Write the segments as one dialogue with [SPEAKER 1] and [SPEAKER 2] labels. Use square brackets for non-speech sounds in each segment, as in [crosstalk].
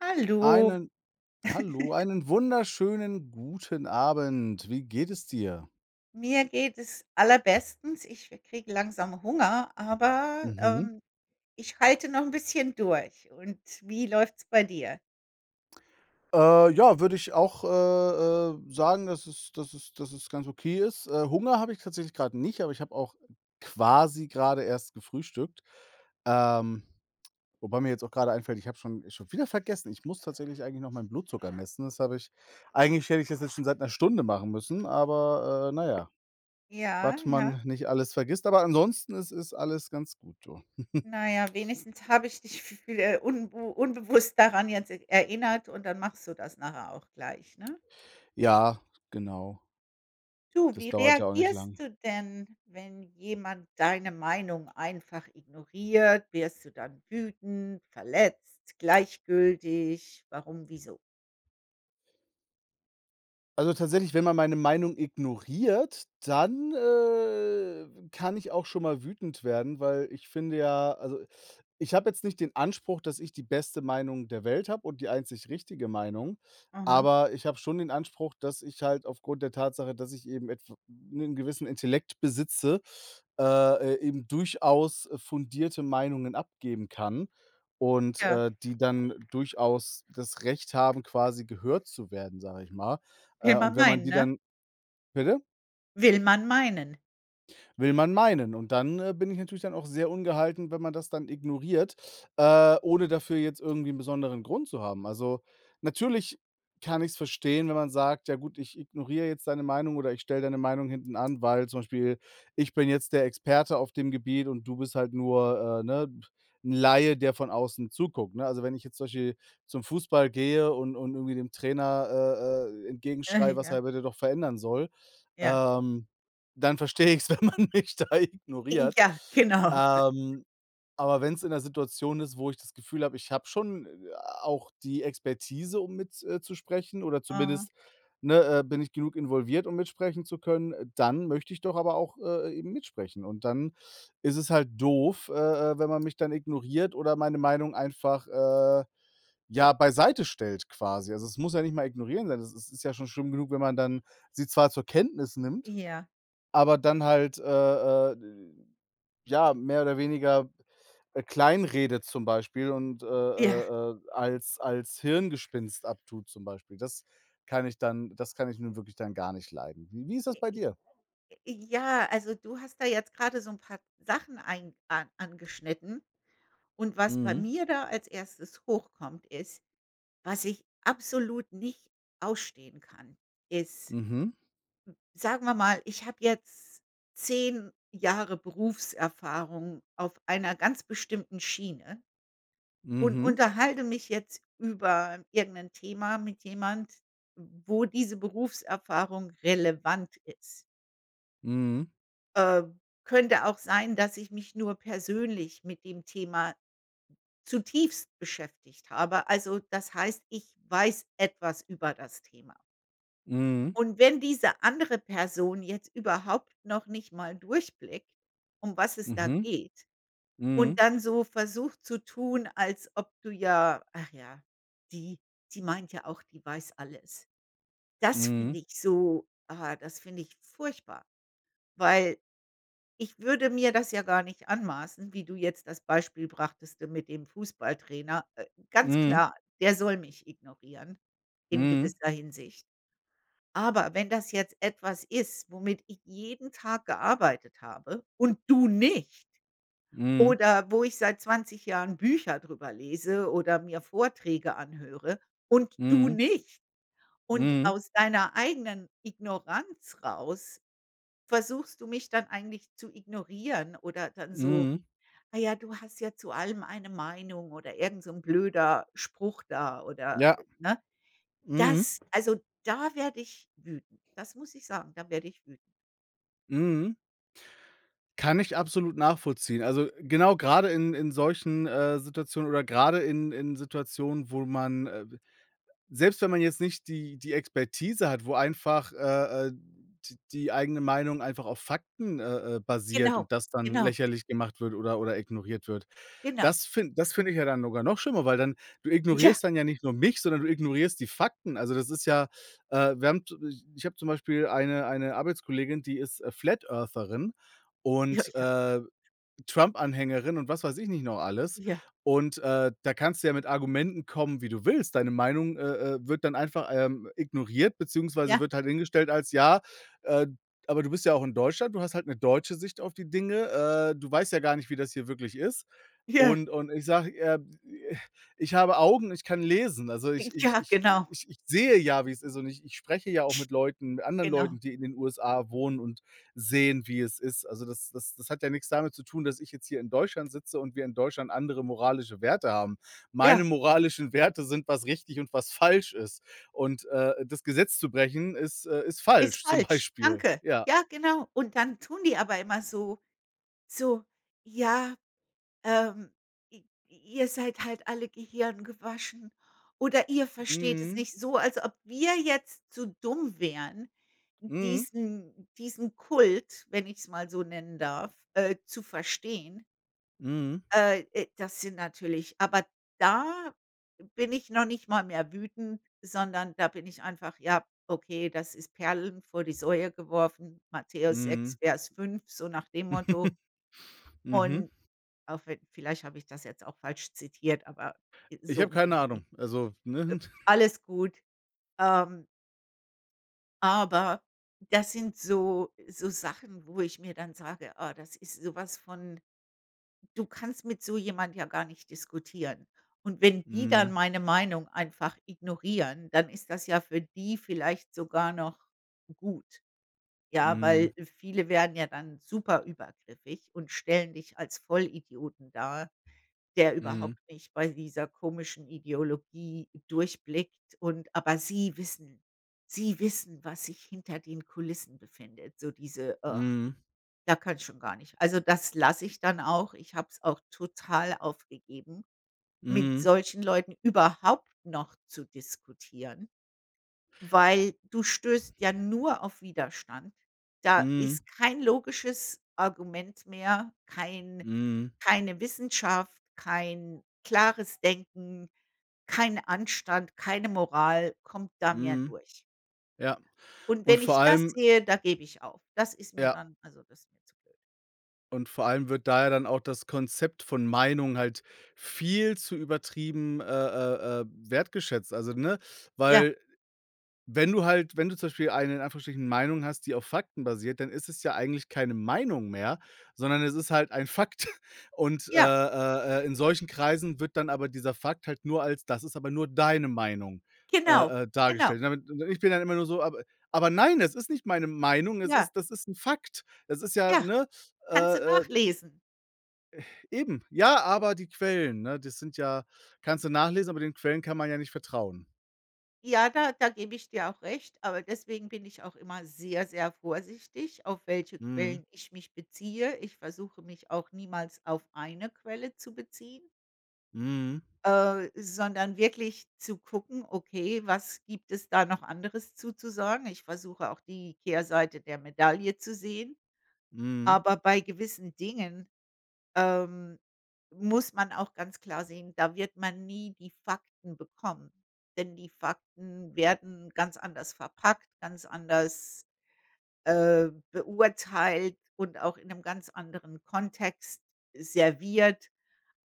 [SPEAKER 1] Hallo,
[SPEAKER 2] Einen hallo, einen wunderschönen guten Abend. Wie geht es dir?
[SPEAKER 1] mir geht es allerbestens. Ich kriege langsam Hunger, aber,
[SPEAKER 2] Mhm.
[SPEAKER 1] ich halte noch ein bisschen durch. Und wie läuft's bei dir?
[SPEAKER 2] Ja, würde ich auch, sagen, dass es ganz okay ist. Hunger habe ich tatsächlich gerade nicht, aber ich habe auch quasi gerade erst gefrühstückt. Ähm, Wobei mir jetzt auch gerade einfällt, ich habe schon wieder vergessen. Ich muss tatsächlich eigentlich noch meinen Blutzucker messen. Das habe ich Eigentlich hätte ich das jetzt schon seit einer Stunde machen müssen, aber, na ja,
[SPEAKER 1] Ja,
[SPEAKER 2] was
[SPEAKER 1] ja.
[SPEAKER 2] man nicht alles vergisst. Aber ansonsten ist alles ganz gut, du.
[SPEAKER 1] Na ja, wenigstens habe ich dich v unbewusst daran jetzt erinnert und dann machst du das nachher auch gleich, ne?
[SPEAKER 2] Ja, genau.
[SPEAKER 1] Du, wie
[SPEAKER 2] Das dauert ja auch nicht
[SPEAKER 1] reagierst
[SPEAKER 2] lang.
[SPEAKER 1] du denn, wenn jemand deine Meinung einfach ignoriert? Wirst du dann wütend, verletzt, gleichgültig? Warum, wieso?
[SPEAKER 2] Also, tatsächlich, wenn man meine Meinung ignoriert, dann, kann ich auch schon mal wütend werden, weil ich finde ja, also, ich habe jetzt nicht den Anspruch, dass ich die beste Meinung der Welt habe und die einzig richtige Meinung,
[SPEAKER 1] Mhm.
[SPEAKER 2] aber ich habe schon den Anspruch, dass ich halt aufgrund der Tatsache, dass ich eben etw 'nen gewissen Intellekt besitze, äh, eben durchaus fundierte Meinungen abgeben kann und,
[SPEAKER 1] Ja.
[SPEAKER 2] die dann durchaus das Recht haben, quasi gehört zu werden, sage ich mal.
[SPEAKER 1] Will
[SPEAKER 2] Und
[SPEAKER 1] man
[SPEAKER 2] wenn man
[SPEAKER 1] meinen,
[SPEAKER 2] die
[SPEAKER 1] ne?
[SPEAKER 2] dann bitte?
[SPEAKER 1] Will man meinen.
[SPEAKER 2] Will man meinen. Und dann, bin ich natürlich dann auch sehr ungehalten, wenn man das dann ignoriert, ohne dafür jetzt irgendwie einen besonderen Grund zu haben. Also, natürlich kann ich es verstehen, wenn man sagt: „Ja gut, ich ignoriere jetzt deine Meinung oder ich stelle deine Meinung hinten an, weil zum Beispiel ich bin jetzt der Experte auf dem Gebiet und du bist halt nur, ne, 'n Laie, der von außen zuguckt“, ne? Also, wenn ich jetzt zum Beispiel zum Fußball gehe und irgendwie dem Trainer, entgegenschreie, was
[SPEAKER 1] Ja,
[SPEAKER 2] er bitte doch verändern soll,
[SPEAKER 1] ja.
[SPEAKER 2] ähm dann verstehe ich es, [laughs] wenn man mich da ignoriert.
[SPEAKER 1] Ja, genau.
[SPEAKER 2] Ähm, aber wenn es in 'ner Situation ist, wo ich das Gefühl habe, ich habe schon, auch die Expertise, um mitzusprechen, zu sprechen, oder
[SPEAKER 1] Oh,
[SPEAKER 2] zumindest, ne, bin ich genug involviert, um mitsprechen zu können, dann möchte ich doch aber auch, eben mitsprechen. Und dann ist es halt doof, wenn man mich dann ignoriert oder meine Meinung einfach, ja, beiseite stellt quasi. Also, es muss ja nicht mal ignorieren sein. Es ist ja schon schlimm genug, wenn man dann sie zwar zur Kenntnis nimmt,
[SPEAKER 1] ja.
[SPEAKER 2] aber dann halt, äh, ja, mehr oder weniger, kleinredet zum Beispiel und,
[SPEAKER 1] Ja.
[SPEAKER 2] als Hirngespinst abtut zum Beispiel. Das kann ich nun wirklich dann gar nicht leiden. Wie ist das bei dir?
[SPEAKER 1] Ja, also, du hast da jetzt grade so 'n paar Sachen ein an angeschnitten, und was bei
[SPEAKER 2] Mhm.
[SPEAKER 1] mir da als erstes hochkommt, ist, was ich absolut nicht ausstehen kann, ist,
[SPEAKER 2] Mhm.
[SPEAKER 1] sagen wir mal, ich habe jetzt 10 Jahre Berufserfahrung auf einer ganz bestimmten Schiene und
[SPEAKER 2] Mhm.
[SPEAKER 1] unterhalte mich jetzt über irgendein Thema mit jemand, wo diese Berufserfahrung relevant ist.
[SPEAKER 2] Mhm.
[SPEAKER 1] Äh, Könnte auch sein, dass ich mich nur persönlich mit dem Thema zutiefst beschäftigt habe. Also, das heißt, ich weiß etwas über das Thema. Und wenn diese andere Person jetzt überhaupt noch nicht mal durchblickt, um was es da
[SPEAKER 2] Mhm.
[SPEAKER 1] geht, und
[SPEAKER 2] Mhm.
[SPEAKER 1] dann so versucht zu tun, als ob, du ja, ach ja, die die meint ja auch, die weiß alles. Das
[SPEAKER 2] Mhm.
[SPEAKER 1] finde ich furchtbar, weil ich würde mir das ja gar nicht anmaßen, wie du jetzt das Beispiel brachtest, mit dem Fußballtrainer. Ganz klar, der soll mich ignorieren
[SPEAKER 2] Mhm.
[SPEAKER 1] in
[SPEAKER 2] Mhm.
[SPEAKER 1] gewisser Hinsicht. Aber wenn das jetzt etwas ist, womit ich jeden Tag gearbeitet habe und du nicht,
[SPEAKER 2] Mhm. Mhm.
[SPEAKER 1] oder wo ich seit 20 Jahren Bücher drüber lese oder mir Vorträge anhöre und du
[SPEAKER 2] Mhm.
[SPEAKER 1] nicht. Und
[SPEAKER 2] Mhm.
[SPEAKER 1] aus deiner eigenen Ignoranz raus versuchst du mich dann eigentlich zu ignorieren oder dann so:
[SPEAKER 2] Mhm.
[SPEAKER 1] „Ah ja, du hast ja zu allem eine Meinung" oder irgend so 'n blöder Spruch da oder,
[SPEAKER 2] Ja.
[SPEAKER 1] ne?
[SPEAKER 2] Mhm.
[SPEAKER 1] Das, also, da werde ich wütend. Das muss ich sagen, da werde ich wütend.
[SPEAKER 2] Mhm. Kann ich absolut nachvollziehen. Also, genau gerade in solchen, Situationen, oder gerade in Situationen, wo man, selbst wenn man jetzt nicht die Expertise hat, wo einfach, d die eigene Meinung einfach auf Fakten, basiert
[SPEAKER 1] Genau,
[SPEAKER 2] und das dann
[SPEAKER 1] genau,
[SPEAKER 2] lächerlich gemacht wird oder ignoriert wird.
[SPEAKER 1] genau.
[SPEAKER 2] Das finde ich ja dann sogar noch schlimmer, weil dann du
[SPEAKER 1] Ja,
[SPEAKER 2] ignorierst dann ja nicht nur mich, sondern du ignorierst die Fakten. Also, das ist ja, wir haben z ich habe zum Beispiel eine Arbeitskollegin, die ist, Flat-Eartherin
[SPEAKER 1] ja,
[SPEAKER 2] und,
[SPEAKER 1] ja,
[SPEAKER 2] Trump-Anhängerin und was weiß ich nicht noch alles.
[SPEAKER 1] ja,
[SPEAKER 2] Und, da kannst du ja mit Argumenten kommen, wie du willst. Deine Meinung wird dann einfach, ignoriert, beziehungsweise
[SPEAKER 1] ja,
[SPEAKER 2] wird halt hingestellt als: „Ja, äh, aber du bist ja auch in Deutschland, du hast halt eine deutsche Sicht auf die Dinge, du weißt ja gar nicht, wie das hier wirklich ist.“
[SPEAKER 1] ja,
[SPEAKER 2] Und ich sage, ich habe Augen, ich kann lesen. Also, ich ich
[SPEAKER 1] ja,
[SPEAKER 2] ich
[SPEAKER 1] genau.
[SPEAKER 2] ich ich sehe ja, wie es ist, und ich spreche ja auch mit Leuten mit anderen
[SPEAKER 1] Genau.
[SPEAKER 2] Leuten, die in den USA wohnen und sehen, wie es ist. Also, das hat ja nichts damit zu tun, dass ich jetzt hier in Deutschland sitze und wir in Deutschland andere moralische Werte haben. Meine
[SPEAKER 1] Ja,
[SPEAKER 2] moralischen Werte sind, was richtig und was falsch ist. Und, das Gesetz zu brechen ist
[SPEAKER 1] ist
[SPEAKER 2] falsch zum
[SPEAKER 1] falsch.
[SPEAKER 2] Beispiel.
[SPEAKER 1] Danke.
[SPEAKER 2] Ja.
[SPEAKER 1] Ja, genau. Und dann tun die aber immer so: „Ja, ähm, i ihr seid halt alle Gehirn gewaschen oder ihr versteht es
[SPEAKER 2] Mhm.
[SPEAKER 1] nicht." So, als ob wir jetzt zu dumm wären,
[SPEAKER 2] Mhm.
[SPEAKER 1] diesen Kult, wenn ich es mal so nennen darf, zu verstehen.
[SPEAKER 2] Mhm.
[SPEAKER 1] Das sind natürlich aber, da bin ich noch nicht mal mehr wütend, sondern da bin ich einfach: „Ja, okay, das ist Perlen vor die Säue geworfen, Matthäus 6
[SPEAKER 2] Mhm.
[SPEAKER 1] Vers 5", so nach dem Motto.
[SPEAKER 2] [laughs] Mhm.
[SPEAKER 1] Und auch, wenn vielleicht habe ich das jetzt auch falsch zitiert, aber
[SPEAKER 2] Ich
[SPEAKER 1] so
[SPEAKER 2] habe
[SPEAKER 1] um den
[SPEAKER 2] keine
[SPEAKER 1] Dreh.
[SPEAKER 2] Ahnung. Also,
[SPEAKER 1] Äh,
[SPEAKER 2] ne? [laughs]
[SPEAKER 1] Alles gut. Ähm, aber das sind so Sachen, wo ich mir dann sage: „Ah, das ist sowas von." Du kannst mit so jemand ja gar nicht diskutieren. Und wenn die dann
[SPEAKER 2] Mhm.
[SPEAKER 1] meine Meinung einfach ignorieren, dann ist das ja für die vielleicht sogar noch gut. Ja, weil
[SPEAKER 2] Mhm.
[SPEAKER 1] viele werden ja dann super übergriffig und stellen dich als Vollidioten dar, der
[SPEAKER 2] Mhm.
[SPEAKER 1] überhaupt nicht bei dieser komischen Ideologie durchblickt, und aber sie wissen, was sich hinter den Kulissen befindet, so diese, ugh.
[SPEAKER 2] Mhm.
[SPEAKER 1] Da kann ich schon gar nicht. Also, das lasse ich dann auch. Ich habe es auch total aufgegeben, mit
[SPEAKER 2] Mhm.
[SPEAKER 1] solchen Leuten überhaupt noch zu diskutieren, weil du stößt ja nur auf Widerstand. Da
[SPEAKER 2] Mhm.
[SPEAKER 1] ist kein logisches Argument mehr, kein
[SPEAKER 2] Mhm.
[SPEAKER 1] keine Wissenschaft, kein klares Denken, kein Anstand, keine Moral kommt da mehr
[SPEAKER 2] Mhm.
[SPEAKER 1] durch.
[SPEAKER 2] Ja.
[SPEAKER 1] Und
[SPEAKER 2] Und
[SPEAKER 1] wenn
[SPEAKER 2] vor
[SPEAKER 1] ich das
[SPEAKER 2] allem
[SPEAKER 1] sehe, da gebe ich auf. Das ist mir
[SPEAKER 2] ja.
[SPEAKER 1] dann, also, das ist mir zu blöd.
[SPEAKER 2] Und vor allem wird da ja dann auch das Konzept von Meinung halt viel zu übertrieben, wertgeschätzt. Also, ne,
[SPEAKER 1] Ja,
[SPEAKER 2] weil wenn du zum Beispiel eine in Anführungsstrichen Meinung hast, die auf Fakten basiert, dann ist es ja eigentlich keine Meinung mehr, sondern es ist halt ein Fakt. [laughs] Und,
[SPEAKER 1] ja.
[SPEAKER 2] in solchen Kreisen wird dann aber dieser Fakt halt nur als: „Das ist aber nur deine Meinung“,
[SPEAKER 1] Genau, genau.
[SPEAKER 2] dargestellt. Und damit und Ich bin dann immer nur so: „Aber, nein, das ist nicht meine Meinung, es
[SPEAKER 1] Ja,
[SPEAKER 2] ist das ist ein Fakt. Das ist ja“,
[SPEAKER 1] ja,
[SPEAKER 2] ne, äh,
[SPEAKER 1] kannst du
[SPEAKER 2] äh
[SPEAKER 1] nachlesen.
[SPEAKER 2] Eben. Ja, aber die Quellen, ne, das sind ja kannst du nachlesen, aber den Quellen kann man ja nicht vertrauen.
[SPEAKER 1] Ja, da gebe ich dir auch recht, aber deswegen bin ich auch immer sehr, sehr vorsichtig, auf welche
[SPEAKER 2] Mhm.
[SPEAKER 1] Quellen ich mich beziehe. Ich versuche mich auch niemals auf eine Quelle zu beziehen,
[SPEAKER 2] Mhm.
[SPEAKER 1] sondern wirklich zu gucken: Okay, was gibt es da noch anderes zuzusagen? Ich versuche auch die Kehrseite der Medaille zu sehen,
[SPEAKER 2] Mhm.
[SPEAKER 1] aber bei gewissen Dingen Ähm, muss man auch ganz klar sehen, da wird man nie die Fakten bekommen, denn die Fakten werden ganz anders verpackt, ganz anders, beurteilt und auch in einem ganz anderen Kontext serviert.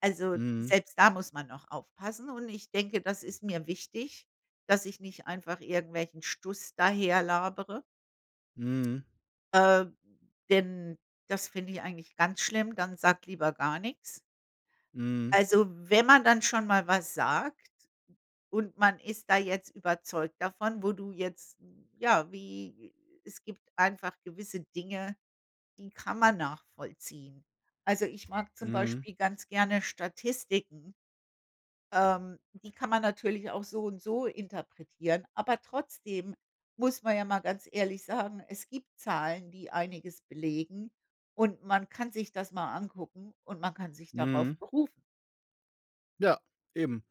[SPEAKER 1] Also,
[SPEAKER 2] Mhm.
[SPEAKER 1] selbst da muss man noch aufpassen und ich denke, das ist mir wichtig, dass ich nicht einfach irgendwelchen Stuss daherlabere,
[SPEAKER 2] Mhm.
[SPEAKER 1] äh, denn das finde ich eigentlich ganz schlimm, dann sagt lieber gar nichts.
[SPEAKER 2] Mhm.
[SPEAKER 1] Also, wenn man dann schon mal was sagt und man ist da jetzt überzeugt davon, wo du jetzt, ja, wie, es gibt einfach gewisse Dinge, die kann man nachvollziehen. Also, ich mag zum
[SPEAKER 2] Mhm.
[SPEAKER 1] Beispiel ganz gerne Statistiken. Die kann man natürlich auch so und so interpretieren, aber trotzdem muss man ja mal ganz ehrlich sagen, es gibt Zahlen, die einiges belegen und man kann sich das mal angucken und man kann sich darauf
[SPEAKER 2] Mhm.
[SPEAKER 1] berufen.
[SPEAKER 2] Ja, eben.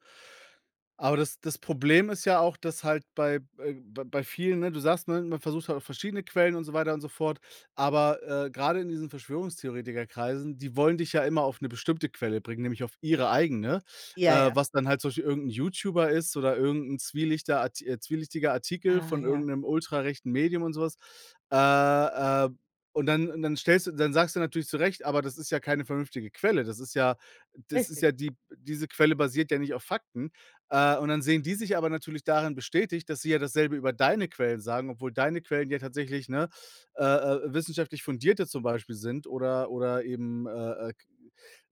[SPEAKER 2] Aber das Problem ist ja auch, dass halt bei, bei vielen, ne, du sagst, ne, man versucht halt auch verschiedene Quellen und so weiter und so fort, aber, grade in diesen Verschwörungstheoretikerkreisen, die wollen dich ja immer auf eine bestimmte Quelle bringen, nämlich auf ihre eigene,
[SPEAKER 1] Ja, ja.
[SPEAKER 2] was dann halt zum Beispiel irgend YouTuber ist oder irgendein zwielichter Art zwielichtiger Artikel
[SPEAKER 1] Ah,
[SPEAKER 2] von
[SPEAKER 1] ja.
[SPEAKER 2] irgendeinem ultrarechten Medium und so was. Äh, äh, und dann und dann stellst du dann sagst du natürlich zu Recht: „Aber das ist ja keine vernünftige Quelle. Das ist
[SPEAKER 1] Richtig.
[SPEAKER 2] ja die Diese Quelle basiert ja nicht auf Fakten.“ Und dann sehen die sich aber natürlich darin bestätigt, dass sie ja dasselbe über deine Quellen sagen, obwohl deine Quellen ja tatsächlich, ne, wissenschaftlich fundierte zum Beispiel sind, oder eben, äh,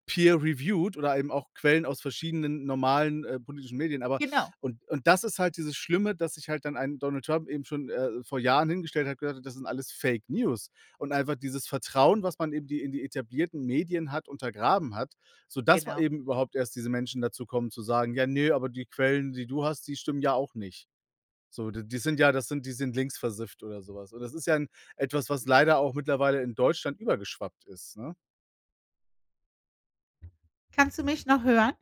[SPEAKER 2] peer-reviewed, oder eben auch Quellen aus verschiedenen normalen, politischen Medien, aber,
[SPEAKER 1] Genau,
[SPEAKER 2] und das ist halt dieses Schlimme, dass sich halt dann ein Donald Trump eben schon, vor Jahren hingestellt hat, gesagt hat: „Das sind alles Fake News.“ Und einfach dieses Vertrauen, was man eben die in die etablierten Medien hat, untergraben hat, sodass man
[SPEAKER 1] genau.
[SPEAKER 2] eben überhaupt erst diese Menschen dazu kommen zu sagen: „Ja, nee, aber die Quellen, die du hast, die stimmen ja auch nicht. So, d die sind ja das sind die sind linksversifft“, oder sowas. Und das ist ja 'n etwas, was leider auch mittlerweile in Deutschland übergeschwappt ist, ne?
[SPEAKER 1] Kannst du mich noch hören?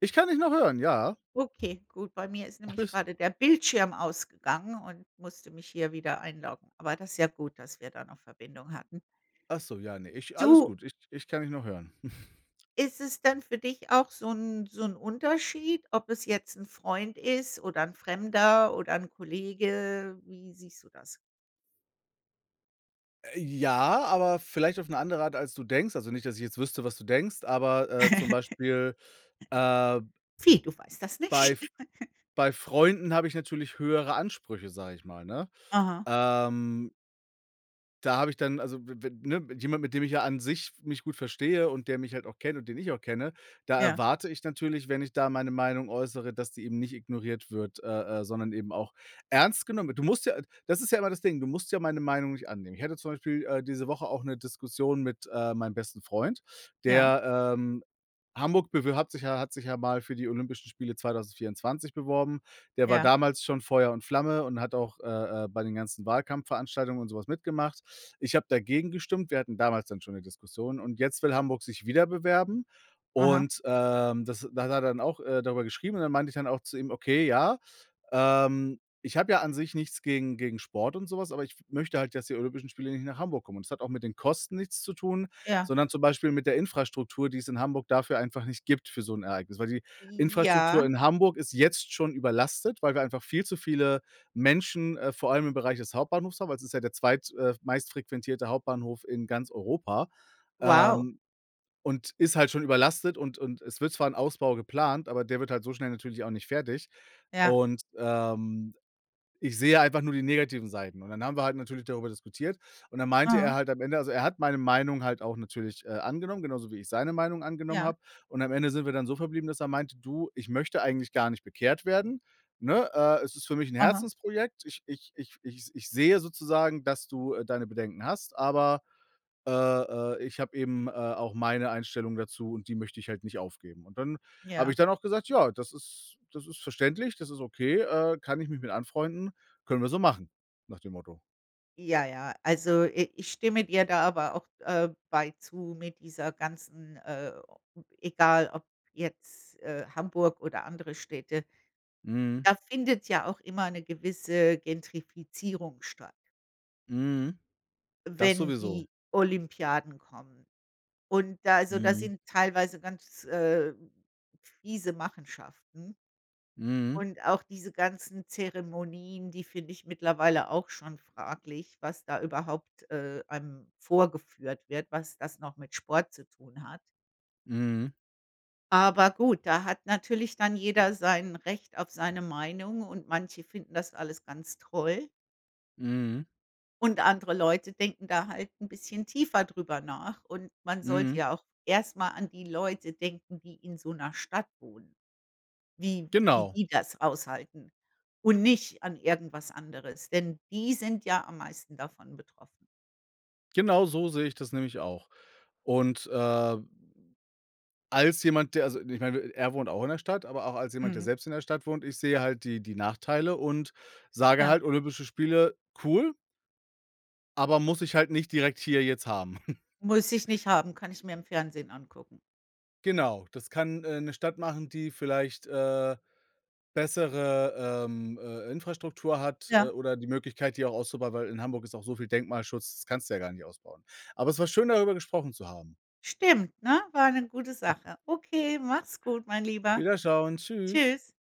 [SPEAKER 2] Ich kann dich noch hören, ja.
[SPEAKER 1] Okay, gut. Bei mir ist nämlich
[SPEAKER 2] Alles
[SPEAKER 1] gerade der Bildschirm ausgegangen und musste mich hier wieder einloggen. Aber das ist ja gut, dass wir da noch Verbindung hatten.
[SPEAKER 2] Ach so, ja, ne, ich, alles
[SPEAKER 1] Du,
[SPEAKER 2] gut. Ich kann dich noch hören. [laughs]
[SPEAKER 1] ist es denn für dich auch so 'n Unterschied, ob es jetzt 'n Freund ist oder 'n Fremder oder 'n Kollege? Wie siehst du das?
[SPEAKER 2] Ja, aber vielleicht auf 'ne andere Art, als du denkst. Also, nicht, dass ich jetzt wüsste, was du denkst, aber, zum
[SPEAKER 1] [laughs]
[SPEAKER 2] Beispiel, äh,
[SPEAKER 1] Wie, du weißt das
[SPEAKER 2] bei
[SPEAKER 1] nicht?
[SPEAKER 2] F bei Freunden habe ich natürlich höhere Ansprüche, sage ich mal, ne?
[SPEAKER 1] Aha,
[SPEAKER 2] Ähm Da habe ich dann, also, w ne, jemand, mit dem ich ja an sich mich gut verstehe und der mich halt auch kennt und den ich auch kenne, da
[SPEAKER 1] ja,
[SPEAKER 2] erwarte ich natürlich, wenn ich da meine Meinung äußere, dass die eben nicht ignoriert wird, sondern eben auch ernst genommen wird. Du musst ja Das ist ja immer das Ding, du musst ja meine Meinung nicht annehmen. Ich hatte zum Beispiel, diese Woche auch eine Diskussion mit, meinem besten Freund,
[SPEAKER 1] ja,
[SPEAKER 2] der, Hamburg bewir hat sich ja mal für die Olympischen Spiele 2024 beworben. Der war
[SPEAKER 1] ja,
[SPEAKER 2] damals schon Feuer und Flamme und hat auch, bei den ganzen Wahlkampfveranstaltungen und sowas mitgemacht. Ich habe dagegen gestimmt. Wir hatten damals dann schon eine Diskussion und jetzt will Hamburg sich wieder bewerben,
[SPEAKER 1] aha,
[SPEAKER 2] und, das da hat er dann auch, darüber geschrieben, und dann meinte ich dann auch zu ihm: „Okay, ja, ich habe ja an sich nichts gegen Sport und sowas, aber ich möchte halt, dass die Olympischen Spiele nicht nach Hamburg kommen.“ Und das hat auch mit den Kosten nichts zu tun,
[SPEAKER 1] ja.
[SPEAKER 2] sondern zum Beispiel mit der Infrastruktur, die es in Hamburg dafür einfach nicht gibt, für so ein Ereignis, weil die Infrastruktur
[SPEAKER 1] Ja,
[SPEAKER 2] in Hamburg ist jetzt schon überlastet, weil wir einfach viel zu viele Menschen, vor allem im Bereich des Hauptbahnhofs haben, weil es ist ja der zweit meistfrequentierte Hauptbahnhof in ganz Europa,
[SPEAKER 1] wow,
[SPEAKER 2] ähm, und ist halt schon überlastet, und es wird zwar ein Ausbau geplant, aber der wird halt so schnell natürlich auch nicht fertig,
[SPEAKER 1] ja,
[SPEAKER 2] und, ich sehe einfach nur die negativen Seiten. Und dann haben wir halt natürlich darüber diskutiert. Und dann meinte
[SPEAKER 1] aha,
[SPEAKER 2] er halt am Ende, also, er hat meine Meinung halt auch natürlich, angenommen, genauso wie ich seine Meinung angenommen
[SPEAKER 1] ja,
[SPEAKER 2] habe. Und am Ende sind wir dann so verblieben, dass er meinte: „Du, ich möchte eigentlich gar nicht bekehrt werden, ne? Es ist für mich ein
[SPEAKER 1] aha,
[SPEAKER 2] Herzensprojekt. Ich sehe sozusagen, dass du, deine Bedenken hast, aber“ äh, ich habe eben, auch meine Einstellung dazu und die möchte ich halt nicht aufgeben. Und dann habe
[SPEAKER 1] ja.
[SPEAKER 2] ich dann auch gesagt: „Ja, das ist, das ist verständlich, das ist okay, kann ich mich mit anfreunden, können wir so machen.“ Nach dem Motto.
[SPEAKER 1] Ja, ja, also, i ich stimme dir da aber auch, bei zu mit dieser ganzen, egal ob jetzt, Hamburg oder andere Städte,
[SPEAKER 2] Mhm,
[SPEAKER 1] da findet ja auch immer eine gewisse Gentrifizierung statt,
[SPEAKER 2] mhm, das
[SPEAKER 1] wenn
[SPEAKER 2] sowieso.
[SPEAKER 1] die Olympiaden kommen. Und da, also, da
[SPEAKER 2] Mhm,
[SPEAKER 1] sind teilweise ganz, fiese Machenschaften.
[SPEAKER 2] mhm,
[SPEAKER 1] Und auch diese ganzen Zeremonien, die finde ich mittlerweile auch schon fraglich, was da überhaupt, einem vorgeführt wird, was das noch mit Sport zu tun hat.
[SPEAKER 2] mhm,
[SPEAKER 1] Aber gut, da hat natürlich dann jeder sein Recht auf seine Meinung und manche finden das alles ganz toll
[SPEAKER 2] mhm,
[SPEAKER 1] und andere Leute denken da halt ein bisschen tiefer drüber nach und man sollte
[SPEAKER 2] mhm.
[SPEAKER 1] ja auch erst mal an die Leute denken, die in so einer Stadt wohnen. Wie
[SPEAKER 2] Genau,
[SPEAKER 1] die das aushalten und nicht an irgendwas anderes, denn die sind ja am meisten davon betroffen.
[SPEAKER 2] genau so sehe ich das nämlich auch. Und, als jemand, der, also, ich meine, er wohnt auch in der Stadt, aber auch als jemand, der
[SPEAKER 1] Mhm.
[SPEAKER 2] selbst in der Stadt wohnt, ich sehe halt die Nachteile und sage
[SPEAKER 1] Ja,
[SPEAKER 2] halt: „Olympische Spiele, cool, aber muss ich halt nicht direkt hier jetzt haben.“ [laughs]
[SPEAKER 1] muss ich nicht haben, kann ich mir im Fernsehen angucken.
[SPEAKER 2] Genau, das kann, 'ne Stadt machen, die vielleicht, bessere, Infrastruktur hat,
[SPEAKER 1] Ja,
[SPEAKER 2] oder die Möglichkeit, die auch auszubauen, weil in Hamburg ist auch so viel Denkmalschutz, das kannst du ja gar nicht ausbauen. Aber es war schön, darüber gesprochen zu haben.
[SPEAKER 1] stimmt, ne? War eine gute Sache. Okay, mach's gut, mein Lieber.
[SPEAKER 2] Wiederschauen, tschüss.
[SPEAKER 1] Tschüss.